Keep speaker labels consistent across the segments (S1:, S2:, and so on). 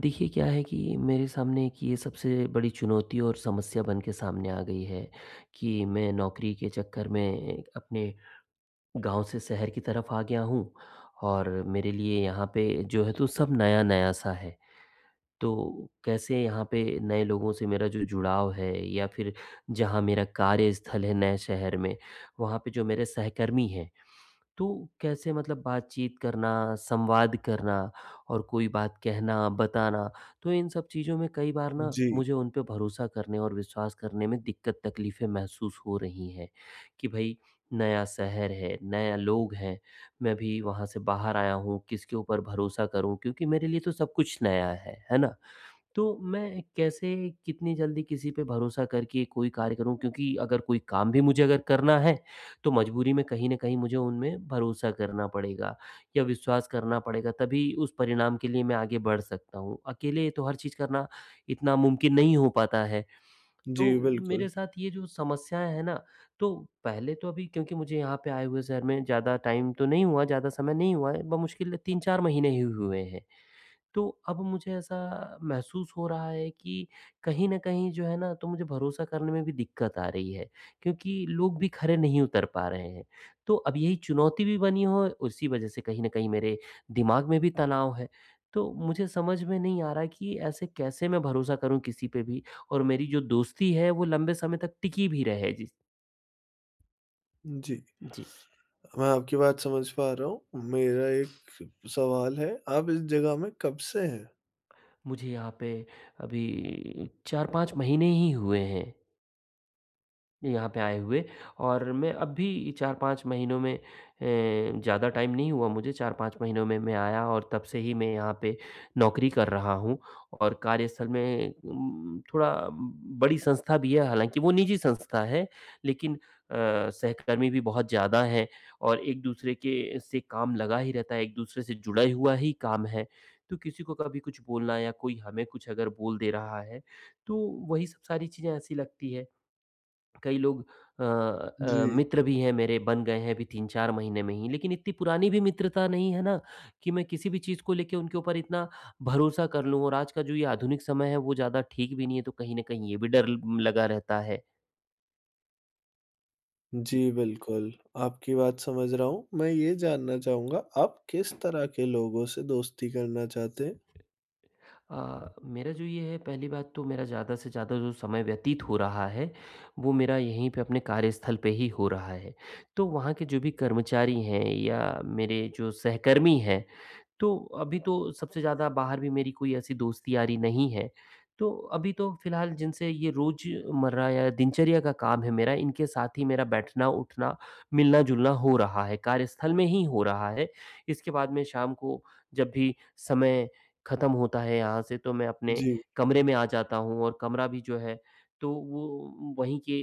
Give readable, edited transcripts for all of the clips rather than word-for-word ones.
S1: देखिए, क्या है कि मेरे सामने एक ये सबसे बड़ी चुनौती और समस्या बन के सामने आ गई है कि मैं नौकरी के चक्कर में अपने गांव से शहर की तरफ आ गया हूँ। और मेरे लिए यहाँ पे जो है तो सब नया नया सा है। तो कैसे यहाँ पे नए लोगों से मेरा जो जुड़ाव है, या फिर जहाँ मेरा कार्यस्थल है नए शहर में, वहाँ पे जो मेरे सहकर्मी हैं, तो कैसे मतलब बातचीत करना, संवाद करना और कोई बात कहना, बताना, तो इन सब चीज़ों में कई बार ना
S2: जी,
S1: मुझे उन पे भरोसा करने और विश्वास करने में दिक्कत तकलीफ़ें महसूस हो रही हैं कि भई, नया शहर है, नया लोग हैं, मैं भी वहाँ से बाहर आया हूँ, किसके ऊपर भरोसा करूँ? क्योंकि मेरे लिए तो सब कुछ नया है ना? तो मैं कैसे, कितनी जल्दी किसी पे भरोसा करके कोई कार्य करूँ? क्योंकि अगर कोई काम भी मुझे अगर करना है, तो मजबूरी में कहीं न कहीं मुझे उनमें भरोसा करना पड़ेगा या विश्वास करना पड़ेगा, तभी उस परिणाम के लिए मैं आगे बढ़ सकता हूँ। अकेले तो हर चीज़ करना इतना मुमकिन नहीं हो पाता है।
S2: जी,
S1: तो
S2: बिल्कुल।
S1: मेरे साथ ये जो समस्याएँ हैं ना, तो पहले तो अभी क्योंकि मुझे यहाँ पे आए हुए शहर में ज़्यादा टाइम तो नहीं हुआ, ज़्यादा समय नहीं हुआ है, बमुश्किल 3-4 महीने ही हुए हैं। तो अब मुझे ऐसा महसूस हो रहा है कि कहीं न कहीं जो है ना तो मुझे भरोसा करने में भी दिक्कत आ रही है, क्योंकि लोग भी खरे नहीं उतर पा रहे हैं। तो अब यही चुनौती भी बनी हो, उसी वजह से कहीं न कहीं मेरे दिमाग में भी तनाव है। तो मुझे समझ में नहीं आ रहा कि ऐसे कैसे मैं भरोसा करूँ किसी पे भी, और मेरी जो दोस्ती है वो लंबे समय तक टिकी भी रहे। जी,
S2: जी,
S1: जी।
S2: मैं आपकी बात समझ पा रहा हूँ। मेरा एक सवाल है, आप इस जगह में कब से हैं?
S1: मुझे यहाँ पे अभी 4-5 महीने ही हुए हैं। यहाँ पे आए हुए, और मैं अब भी 4-5 महीनों में ज़्यादा टाइम नहीं हुआ, मुझे 4-5 महीनों में मैं आया और तब से ही मैं यहाँ पे नौकरी कर रहा हूँ। और कार्यस्थल में थोड़ा बड़ी संस्था भी है, हालाँकि वो निजी संस्था है, लेकिन सहकर्मी भी बहुत ज़्यादा हैं, और एक-दूसरे के से काम लगा ही रहता है, एक-दूसरे से जुड़ा हुआ ही काम है। तो किसी को कभी कुछ बोलना या कोई हमें कुछ अगर बोल दे रहा है, तो वही सब सारी चीज़ें ऐसी लगती है। कई लोग
S2: जी।
S1: मित्र भी हैं, मेरे बन गए हैं अभी 3-4 महीने में ही, लेकिन इतनी पुरानी भी मित्रता नहीं है ना, कि मैं किसी भी चीज़ को लेके उनके ऊपर इतना भरोसा कर लूँ। और आज का जो ये आधुनिक समय है वो ज़्यादा ठीक भी नहीं है, तो कहीं न कहीं ये भी डर ल लगा रहता है। जी।
S2: जी, बिल्कुल, आपकी बात समझ रहा हूँ। मैं ये जानना चाहूँगा, आप किस तरह के लोगों से दोस्ती करना चाहते हैं?
S1: मेरा जो ये है, पहली बात तो मेरा ज़्यादा से ज़्यादा जो समय व्यतीत हो रहा है, वो मेरा यहीं पे अपने कार्यस्थल पे ही हो रहा है। तो वहाँ के जो भी कर्मचारी हैं या मेरे जो सहकर्मी हैं, तो अभी तो सबसे ज़्यादा बाहर भी मेरी कोई ऐसी दोस्ती यारी नहीं है। तो अभी तो फ़िलहाल जिनसे ये रोज़मर्रा या दिनचर्या का काम है मेरा, इनके साथ ही मेरा बैठना-उठना, मिलना-जुलना हो रहा है, कार्यस्थल में ही हो रहा है। इसके बाद में शाम को जब भी समय ख़त्म होता है यहाँ से, तो मैं अपने
S2: जी,
S1: कमरे में आ जाता हूँ। और कमरा भी जो है तो वो वहीं के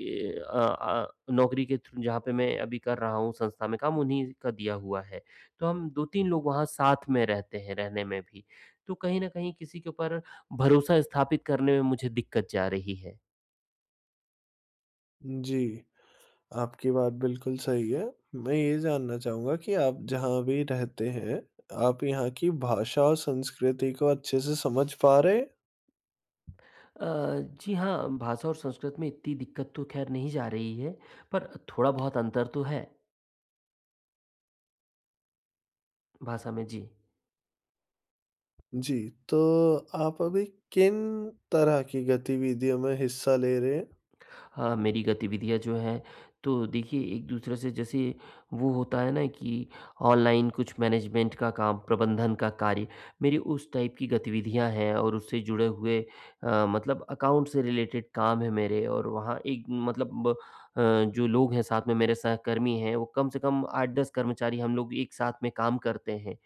S1: नौकरी के थ्रू, जहाँ पे मैं अभी कर रहा हूँ संस्था में काम, उन्हीं का दिया हुआ है। तो हम 2-3 लोग वहाँ साथ में रहते हैं, रहने में भी। तो कहीं न कहीं किसी के ऊपर भरोसा स्थापित करने में मुझे दिक्कत जा रही है।
S2: जी, आपकी बात बिल्कुल सही है। मैं ये जानना चाहूँगा कि आप जहाँ भी रहते हैं, आप यहाँ की भाषा और संस्कृति को अच्छे से समझ पा रहे हैं?
S1: अ, जी हाँ, भाषा और संस्कृत में इतनी दिक्कत तो खैर नहीं जा रही है, पर थोड़ा-बहुत अंतर तो है भाषा में। जी।
S2: जी, तो आप अभी किन तरह की गतिविधियों में हिस्सा ले रहे हैं?
S1: मेरी गतिविधियाँ जो हैं, तो देखिए, एक-दूसरे से जैसे वो होता है ना कि ऑनलाइन कुछ मैनेजमेंट का काम, प्रबंधन का कार्य, मेरी उस टाइप की गतिविधियाँ हैं। और उससे जुड़े हुए मतलब अकाउंट से रिलेटेड काम है मेरे, और वहाँ एक मतलब जो लोग हैं साथ में, मेरे सहकर्मी हैं, वो कम से कम 8-10 कर्मचारी हम लोग एक साथ में काम करते हैं।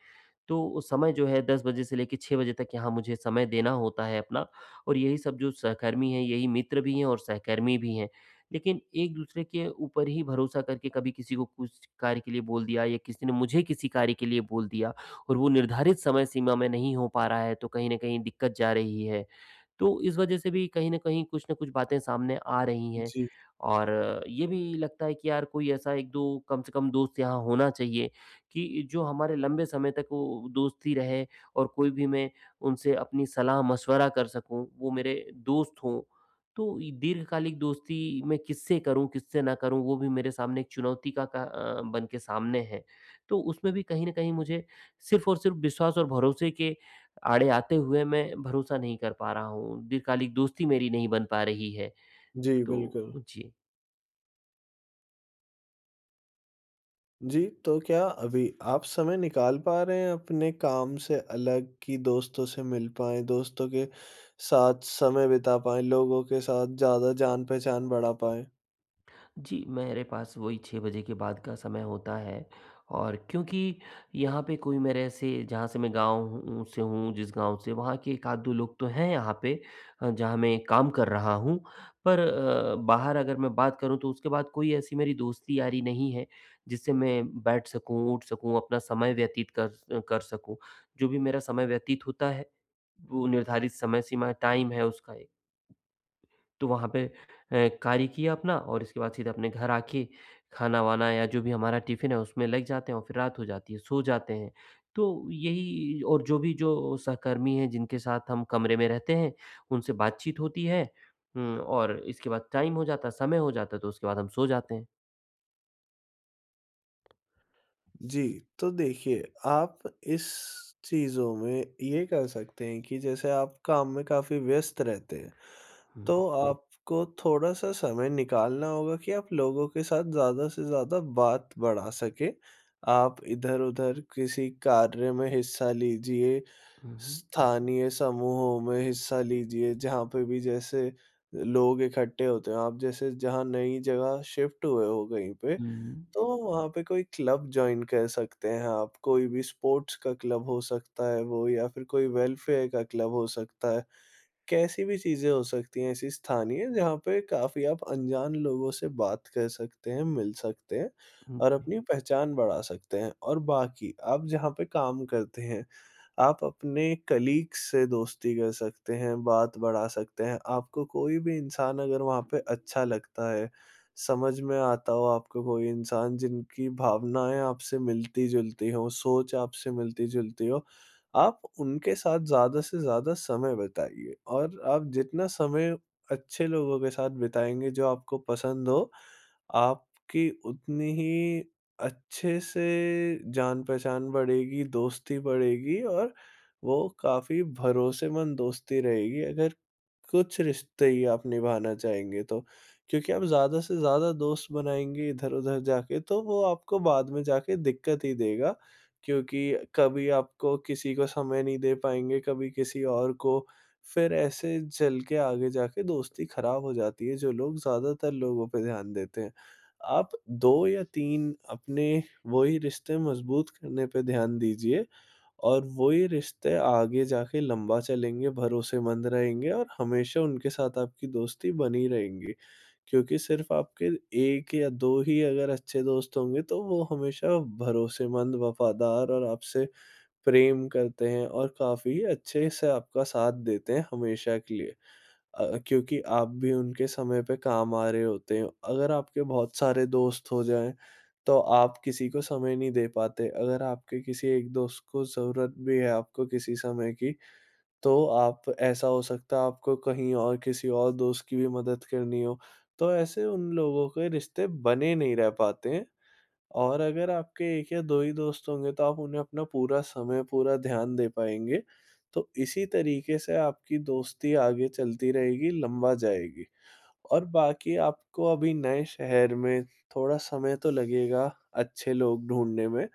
S1: तो वो समय जो है, 10 बजे से लेके 6 बजे तक यहाँ मुझे समय देना होता है अपना। और यही सब जो सहकर्मी हैं, यही मित्र भी हैं और सहकर्मी भी हैं। लेकिन एक-दूसरे के ऊपर ही भरोसा करके कभी किसी को कुछ कार्य के लिए बोल दिया या किसी ने मुझे किसी कार्य के लिए बोल दिया, और वो निर्धारित समय सीमा में नहीं हो पा रहा है, तो कहीं न कहीं दिक्कत जा रही है। तो इस वजह से भी कहीं न कहीं कुछ न कुछ बातें सामने आ रही हैं।
S2: जी,
S1: और ये भी लगता है कि यार, कोई ऐसा 1-2 कम से कम दोस्त यहाँ होना चाहिए, कि जो हमारे लंबे समय तक वो दोस्ती रहे, और कोई भी, मैं उनसे अपनी सलाह-मशवरा कर सकूँ, वो मेरे दोस्त हों। तो ये दीर्घकालिक दोस्ती मैं किससे करूँ, किससे ना करूँ, वो भी मेरे सामने एक चुनौती का बन के सामने है। तो उसमें भी कहीं न कहीं मुझे सिर्फ़ और सिर्फ़ विश्वास और भरोसे के आड़े आते हुए, मैं भरोसा नहीं कर पा रहा हूँ। दीर्घकालिक दोस्ती मेरी नहीं बन पा रही है।
S2: जी,
S1: तो
S2: बिल्कुल।
S1: जी।
S2: जी, तो क्या अभी आप समय निकाल पा रहे हैं अपने काम से अलग कि दोस्तों से मिल पाएँ, दोस्तों के साथ समय बिता पाएँ, लोगों के साथ ज़्यादा जान-पहचान बढ़ा पाएँ?
S1: जी, मेरे पास वही 6 बजे के बाद का समय होता है। और क्योंकि यहाँ पे कोई मेरे ऐसे, जहाँ से मैं गाँव हूँ से हूँ, जिस गाँव से, वहाँ के 1 आध 2 लोग तो हैं यहाँ पे, जहाँ मैं काम कर रहा हूँ। पर बाहर अगर मैं बात करूँ तो उसके बाद कोई ऐसी मेरी दोस्ती-यारी नहीं है, जिससे मैं बैठ सकूँ, उठ सकूँ, अपना समय व्यतीत कर स कर सकूँ। जो भी मेरा समय व्यतीत होता है, वो निर्धारित समय सीमा टाइम है उसका एक। तो वहाँ पे कार्य किया अपना, और इसके बाद सीधे अपने घर आके खाना-वाना या जो भी हमारा टिफ़िन है उसमें लग जाते हैं, और फिर रात हो जाती है, सो जाते हैं। तो यही, और जो भी जो सहकर्मी हैं जिनके साथ हम कमरे में रहते हैं, उनसे बातचीत होती है। और इसके बाद टाइम हो जाता है, समय हो जाता है, तो उसके बाद हम सो जाते हैं।
S2: जी, तो देखिए, आप इस चीज़ों में ये कर सकते हैं कि जैसे आप काम में काफ़ी व्यस्त रहते हैं।
S1: हुँ।
S2: तो आपको थोड़ा-सा समय निकालना होगा कि आप लोगों के साथ ज़्यादा से ज़्यादा बात बढ़ा सकें। आप इधर-उधर किसी कार्य में हिस्सा लीजिए,
S1: हुँ, हुँ।
S2: स्थानीय समूहों में हिस्सा लीजिए, जहाँ पे भी जैसे लोग इकट्ठे होते हैं। आप जैसे जहाँ नई जगह शिफ्ट हुए हो कहीं पे, तो वहाँ पे कोई क्लब जॉइन कर सकते हैं आप। कोई भी स्पोर्ट्स का क्लब हो सकता है वो या फिर कोई वेलफेयर का क्लब हो सकता है। कैसी भी चीज़ें हो सकती हैं ऐसी स्थानीय जहाँ पे काफ़ी आप अनजान लोगों से बात कर सकते हैं, मिल सकते हैं और
S1: हुँ।
S2: अपनी पहचान बढ़ा सकते हैं। और बाकी आप जहाँ पे काम करते हैं, आप अपने कलीग्स से दोस्ती कर सकते हैं, बात बढ़ा सकते हैं। आपको कोई भी इंसान अगर वहाँ पे अच्छा लगता है, समझ में आता हो आपको कोई इंसान जिनकी भावनाएँ आपसे मिलती-जुलती हों, सोच आपसे मिलती-जुलती हो, आप उनके साथ ज़्यादा से ज़्यादा समय बिताइए और आप जितना समय अच्छे लोगों के साथ बिताएँगे, जो आपको पसंद हो आपकी उतनी ही अच्छे से जान-पहचान बढ़ेगी, दोस्ती बढ़ेगी और वो काफ़ी भरोसेमंद दोस्ती रहेगी अगर कुछ रिश्ते ही आप निभाना चाहेंगे तो। क्योंकि आप ज़्यादा से ज़्यादा दोस्त बनाएँगे इधर-उधर जाके तो वो आपको बाद में जाके दिक्कत ही देगा, क्योंकि कभी आपको किसी को समय नहीं दे पाएँगे, कभी किसी और को, फिर ऐसे चल के आगे जाके दोस्ती खराब हो जाती है, जो लोग ज़्यादातर लोगों पे ध्यान देते हैं। आप 2 या 3 अपने वही रिश्ते मज़बूत करने पे ध्यान दीजिए और वही रिश्ते आगे जाके लंबा चलेंगे, भरोसेमंद रहेंगे और हमेशा उनके साथ आपकी दोस्ती बनी रहेंगी। क्योंकि सिर्फ़ आपके 1 या 2 ही अगर अच्छे दोस्त होंगे तो वो हमेशा भरोसेमंद, वफ़ादार और आपसे प्रेम करते हैं और काफ़ी अच्छे से आपका साथ देते हैं हमेशा के लिए। क्योंकि आप भी उनके समय पे काम आ रहे होते हो। अगर आपके बहुत सारे दोस्त हो जाएँ, तो आप किसी को समय नहीं दे पाते। अगर आपके किसी एक दोस्त को ज़रूरत भी है आपको किसी समय की, तो आप ऐसा हो सकता है आपको कहीं और किसी और दोस्त की भी मदद करनी हो। तो ऐसे उन लोगों के रिश्ते बने नहीं रह पाते हैं। और अगर आपके 1 या 2 ही दोस्त होंगे तो आप उन्हें अपना पूरा समय, पूरा ध्यान दे पाएँगे। तो इसी तरीके से आपकी दोस्ती आगे चलती रहेगी, लंबा जाएगी। और बाकी आपको अभी नए शहर में थोड़ा समय तो लगेगा अच्छे लोग ढूँढने में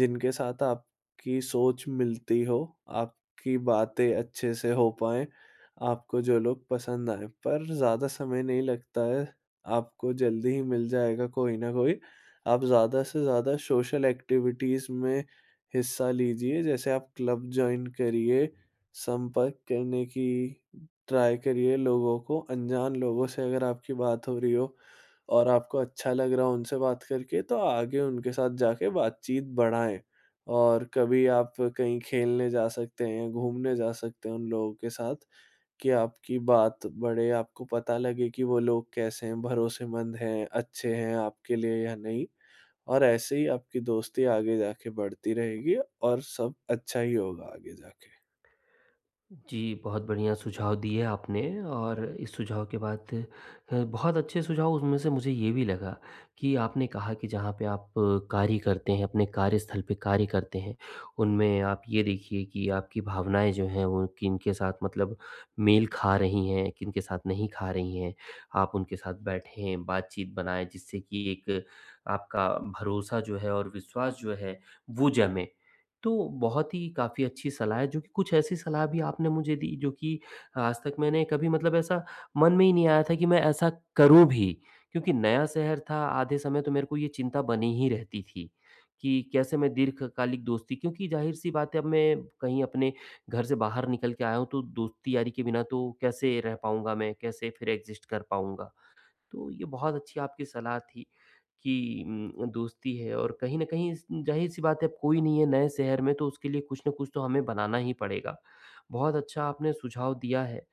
S2: जिनके साथ आपकी सोच मिलती हो, आपकी बातें अच्छे से हो पाएँ, आपको जो लोग पसंद आएँ। पर ज़्यादा समय नहीं लगता है, आपको जल्दी ही मिल जाएगा कोई ना कोई। आप ज़्यादा से ज़्यादा सोशल एक्टिविटीज़ में हिस्सा लीजिए, जैसे आप क्लब जॉइन करिए, संपर्क करने की ट्राई करिए लोगों को, अनजान लोगों से अगर आपकी बात हो रही हो और आपको अच्छा लग रहा हो उनसे बात करके तो आगे उनके साथ जाके बातचीत बढ़ाएँ। और कभी आप कहीं खेलने जा सकते हैं, घूमने जा सकते हैं उन लोगों के साथ कि आपकी बात बढ़े, आपको पता लगे कि वो लोग कैसे हैं, भरोसेमंद हैं, अच्छे हैं आपके लिए या नहीं। और ऐसे ही आपकी दोस्ती आगे जाके बढ़ती रहेगी और सब अच्छा ही होगा आगे जाके।
S1: जी, बहुत बढ़िया सुझाव दिए आपने। और इस सुझाव के बाद बहुत अच्छे सुझाव, उसमें से मुझे ये भी लगा कि आपने कहा कि जहाँ पे आप कार्य करते हैं, अपने कार्यस्थल पे कार्य करते हैं, उनमें आप ये देखिए कि आपकी भावनाएँ जो हैं वो किनके साथ मतलब मेल खा रही हैं, किनके साथ नहीं खा रही हैं। आप उनके साथ बैठें, बातचीत बनाएँ, जिससे कि एक आपका भरोसा जो है और विश्वास जो है, वो जमे, तो बहुत ही काफ़ी अच्छी सलाह है, जो कि कुछ ऐसी सलाह भी आपने मुझे दी, जो कि आज तक मैंने कभी, मतलब ऐसा मन में ही नहीं आया था कि मैं ऐसा करूँ भी। क्योंकि नया शहर था, आधे समय तो मेरे को ये चिंता बनी ही रहती थी कि कैसे मैं दीर्घकालिक दोस्ती, क्योंकि ज़ाहिर-सी बात है, अब मैं कहीं अपने घर से बाहर निकल के आया हूँ, तो दोस्ती-यारी के बिना तो कैसे रह पाऊँगा मैं, कैसे फिर एग्ज़िस्ट कर पाऊँगा? तो ये बहुत अच्छी आपकी सलाह थी कि दोस्ती है, और कहीं न कहीं स ज़ाहिर-सी बात है, अब कोई नहीं है नए शहर में, तो उसके लिए कुछ न कुछ तो हमें बनाना ही पड़ेगा। बहुत अच्छा आपने सुझाव दिया है,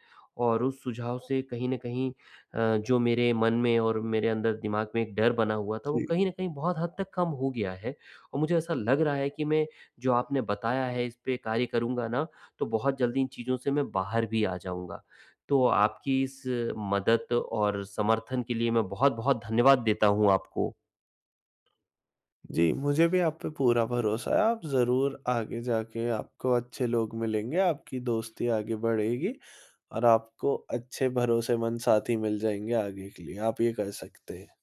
S1: और उस सुझाव से कहीं न कहीं जो मेरे मन में और मेरे अंदर, दिमाग में एक डर बना हुआ था, वो
S2: जी।
S1: कहीं न कहीं बहुत हद तक कम हो गया है। और मुझे ऐसा लग रहा है कि मैं जो आपने बताया है इस पे कार्य करूँगा ना, तो बहुत जल्दी इन चीज़ों से मैं बाहर भी आ जाऊँगा। तो आपकी इस मदद और समर्थन के लिए मैं बहुत-बहुत धन्यवाद देता हूँ आपको।
S2: जी, मुझे भी आप पे पूरा भरोसा है, आप ज़रूर आगे जाके आपको अच्छे लोग मिलेंगे, आपकी दोस्ती आगे बढ़ेगी और आपको अच्छे भरोसेमंद साथी मिल जाएँगे आगे के लिए, आप ये कर सकते हैं।